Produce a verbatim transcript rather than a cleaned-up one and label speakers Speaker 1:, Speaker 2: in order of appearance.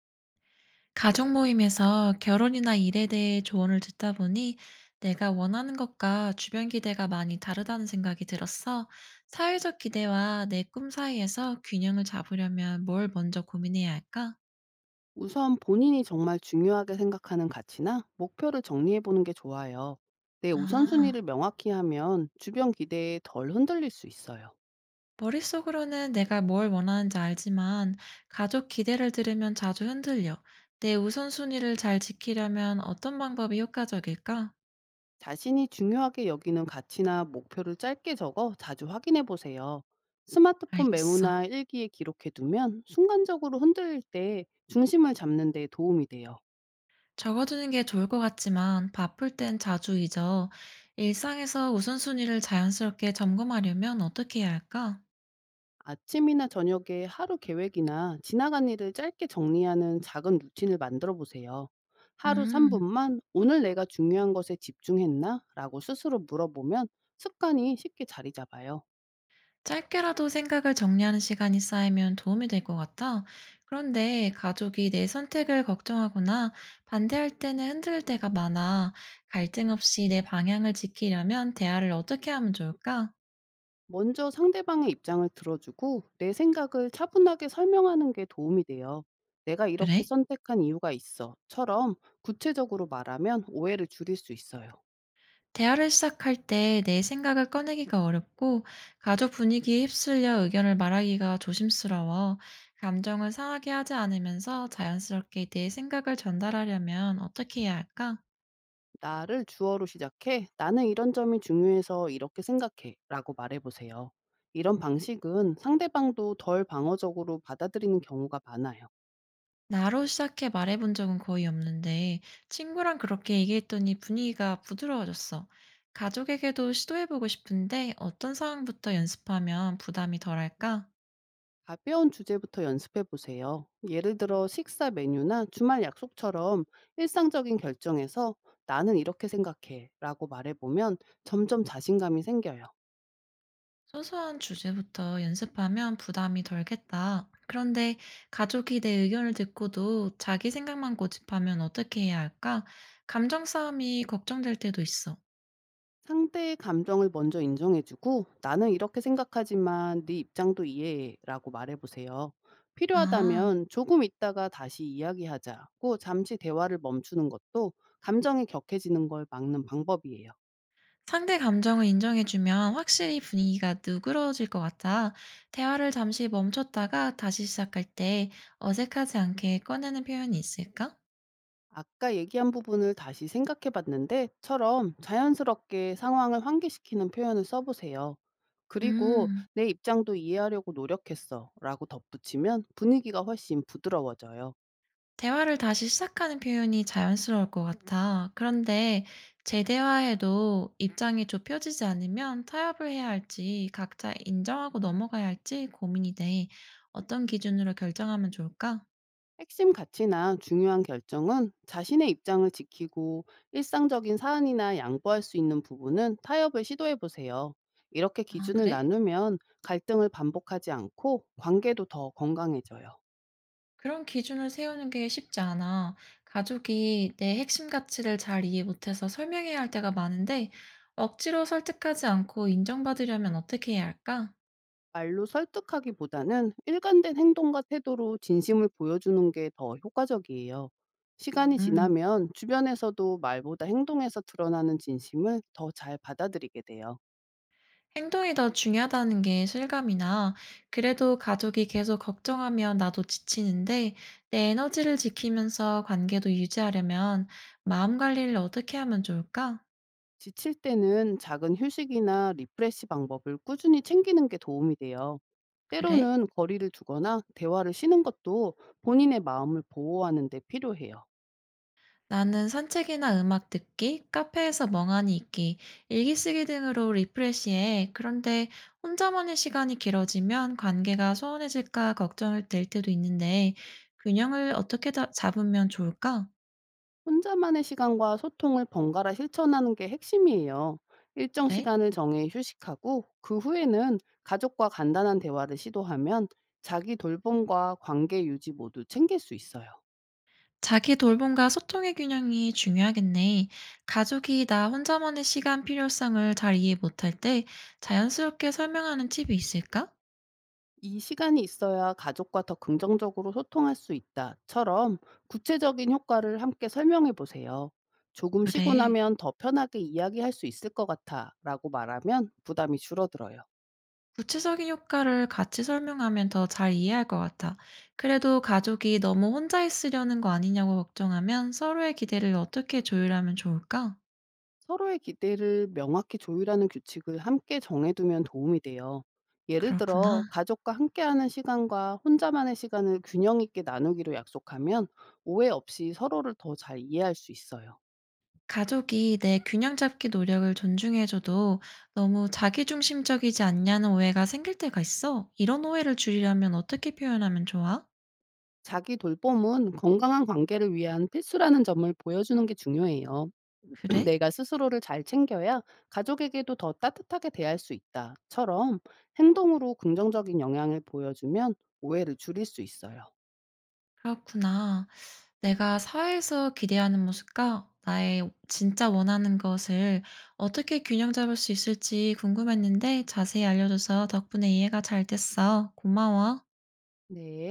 Speaker 1: 가족 모임에서 결혼이나 일에 대해 조언을 듣다 보니 내가 원하는 것과 주변 기대가 많이 다르다는 생각이 들었어. 사회적 기대와 내 꿈 사이에서 균형을 잡으려면 뭘 먼저 고민해야 할까?
Speaker 2: 우선 본인이 정말 중요하게 생각하는 가치나 목표를 정리해 보는 게 좋아요. 내 우선순위를
Speaker 1: 아,
Speaker 2: 명확히 하면 주변 기대에 덜 흔들릴 수 있어요.
Speaker 1: 머릿속으로는 내가 뭘 원하는지 알지만 가족 기대를 들으면 자주 흔들려. 내 우선순위를 잘 지키려면 어떤 방법이 효과적일까?
Speaker 2: 자신이 중요하게 여기는 가치나 목표를 짧게 적어 자주 확인해 보세요. 스마트폰
Speaker 1: 알겠어.
Speaker 2: 메모나 일기에 기록해 두면 순간적으로 흔들릴 때 중심을 잡는 데 도움이 돼요.
Speaker 1: 적어두는 게 좋을 것 같지만 바쁠 땐 자주 잊어. 일상에서 우선순위를 자연스럽게 점검하려면 어떻게 해야 할까?
Speaker 2: 아침이나 저녁에 하루 계획이나 지나간 일을 짧게 정리하는 작은 루틴을 만들어 보세요. 하루
Speaker 1: 음,
Speaker 2: 삼 분만 오늘 내가 중요한 것에 집중했나? 라고 스스로 물어보면 습관이 쉽게 자리 잡아요.
Speaker 1: 짧게라도 생각을 정리하는 시간이 쌓이면 도움이 될 것 같아. 그런데 가족이 내 선택을 걱정하거나 반대할 때는 흔들릴 때가 많아. 갈등 없이 내 방향을 지키려면 대화를 어떻게 하면 좋을까?
Speaker 2: 먼저 상대방의 입장을 들어주고 내 생각을 차분하게 설명하는 게 도움이 돼요. 내가 이렇게
Speaker 1: 그래?
Speaker 2: 선택한 이유가 있어. 처럼 구체적으로 말하면 오해를 줄일 수 있어요.
Speaker 1: 대화를 시작할 때 내 생각을 꺼내기가 어렵고 가족 분위기에 휩쓸려 의견을 말하기가 조심스러워 감정을 상하게 하지 않으면서 자연스럽게 내 생각을 전달하려면 어떻게 해야 할까?
Speaker 2: 나를 주어로 시작해 "나는 이런 점이 중요해서 이렇게 생각해."라고 말해 보세요. 이런 방식은 상대방도 덜 방어적으로 받아들이는 경우가 많아요.
Speaker 1: 나로 시작해 말해본 적은 거의 없는데 친구랑 그렇게 얘기했더니 분위기가 부드러워졌어. 가족에게도 시도해보고 싶은데 어떤 상황부터 연습하면 부담이 덜할까?
Speaker 2: 가벼운 주제부터 연습해 보세요. 예를 들어 식사 메뉴나 주말 약속처럼 일상적인 결정에서 "나는 이렇게 생각해."라고 말해 보면 점점 자신감이 생겨요.
Speaker 1: 소소한 주제부터 연습하면 부담이 덜겠다. 그런데 가족이 내 의견을 듣고도 자기 생각만 고집하면 어떻게 해야 할까? 감정 싸움이 걱정될 때도 있어.
Speaker 2: 상대의 감정을 먼저 인정해 주고 "나는 이렇게 생각하지만 네 입장도 이해해."라고 말해 보세요.
Speaker 1: 아,
Speaker 2: 필요하다면 "조금 있다가 다시 이야기하자."고 잠시 대화를 멈추는 것도 감정이 격해지는 걸 막는 방법이에요.
Speaker 1: 상대 감정을 인정해주면 확실히 분위기가 누그러질 것 같아. 대화를 잠시 멈췄다가 다시 시작할 때 어색하지 않게 꺼내는 표현이 있을까?
Speaker 2: "아까 얘기한 부분을 다시 생각해 봤는데."처럼 자연스럽게 상황을 환기시키는 표현을 써 보세요. 그리고
Speaker 1: 음.
Speaker 2: "내 입장도 이해하려고 노력했어."라고 덧붙이면 분위기가 훨씬 부드러워져요.
Speaker 1: 대화를 다시 시작하는 표현이 자연스러울 것 같아. 그런데 재대화에도 입장이 좁혀지지 않으면 타협을 해야 할지 각자 인정하고 넘어가야 할지 고민이 돼. 어떤 기준으로 결정하면 좋을까?
Speaker 2: 핵심 가치나 중요한 결정은 자신의 입장을 지키고 일상적인 사안이나 양보할 수 있는 부분은 타협을 시도해 보세요. 이렇게
Speaker 1: 아,
Speaker 2: 기준을
Speaker 1: 그래?
Speaker 2: 나누면 갈등을 반복하지 않고 관계도 더 건강해져요.
Speaker 1: 그런 기준을 세우는 게 쉽지 않아. 가족이 내 핵심 가치를 잘 이해 못해서 설명해야 할 때가 많은데 억지로 설득하지 않고 인정받으려면 어떻게 해야 할까?
Speaker 2: 말로 설득하기보다는 일관된 행동과 태도로 진심을 보여주는 게 더 효과적이에요. 시간이
Speaker 1: 음.
Speaker 2: 지나면 주변에서도 말보다 행동에서 드러나는 진심을 더 잘 받아들이게 돼요.
Speaker 1: 행동이 더 중요하다는 게 실감이나 그래도 가족이 계속 걱정하면 나도 지치는데 내 에너지를 지키면서 관계도 유지하려면 마음 관리를 어떻게 하면 좋을까?
Speaker 2: 지칠 때는 작은 휴식이나 리프레시 방법을 꾸준히 챙기는 게 도움이 돼요.
Speaker 1: 그래?
Speaker 2: 때로는 거리를 두거나 대화를 쉬는 것도 본인의 마음을 보호하는 데 필요해요.
Speaker 1: 나는 산책이나 음악 듣기, 카페에서 멍하니 있기, 일기 쓰기 등으로 리프레시해. 그런데 혼자만의 시간이 길어지면 관계가 소원해질까 걱정될 때도 있는데 균형을 어떻게 다- 잡으면 좋을까?
Speaker 2: 혼자만의 시간과 소통을 번갈아 실천하는 게 핵심이에요. 일정
Speaker 1: 그래?
Speaker 2: 시간을 정해 휴식하고 그 후에는 가족과 간단한 대화를 시도하면 자기 돌봄과 관계 유지 모두 챙길 수 있어요.
Speaker 1: 자기 돌봄과 소통의 균형이 중요하겠네. 가족이 나 혼자만의 시간 필요성을 잘 이해 못할 때 자연스럽게 설명하는 팁이 있을까?
Speaker 2: "이 시간이 있어야 가족과 더 긍정적으로 소통할 수 있다."처럼 구체적인 효과를 함께 설명해 보세요. "조금 쉬고
Speaker 1: 그래.
Speaker 2: 나면 더 편하게 이야기할 수 있을 것 같아."라고 말하면 부담이 줄어들어요.
Speaker 1: 구체적인 효과를 같이 설명하면 더 잘 이해할 것 같아. 그래도 가족이 너무 혼자 있으려는 거 아니냐고 걱정하면 서로의 기대를 어떻게 조율하면 좋을까?
Speaker 2: 서로의 기대를 명확히 조율하는 규칙을 함께 정해두면 도움이 돼요. 예를 들어
Speaker 1: 그렇구나.
Speaker 2: 가족과 함께하는 시간과 혼자만의 시간을 균형 있게 나누기로 약속하면 오해 없이 서로를 더 잘 이해할 수 있어요.
Speaker 1: 가족이 내 균형 잡기 노력을 존중해줘도 너무 자기중심적이지 않냐는 오해가 생길 때가 있어. 이런 오해를 줄이려면 어떻게 표현하면 좋아?
Speaker 2: 자기 돌봄은 건강한 관계를 위한 필수라는 점을 보여주는 게 중요해요.
Speaker 1: 그래?
Speaker 2: "내가 스스로를 잘 챙겨야 가족에게도 더 따뜻하게 대할 수 있다."처럼 행동으로 긍정적인 영향을 보여주면 오해를 줄일 수 있어요.
Speaker 1: 그렇구나. 내가 사회에서 기대하는 모습과 나의 진짜 원하는 것을 어떻게 균형 잡을 수 있을지 궁금했는데 자세히 알려줘서 덕분에 이해가 잘 됐어. 고마워.
Speaker 2: 네.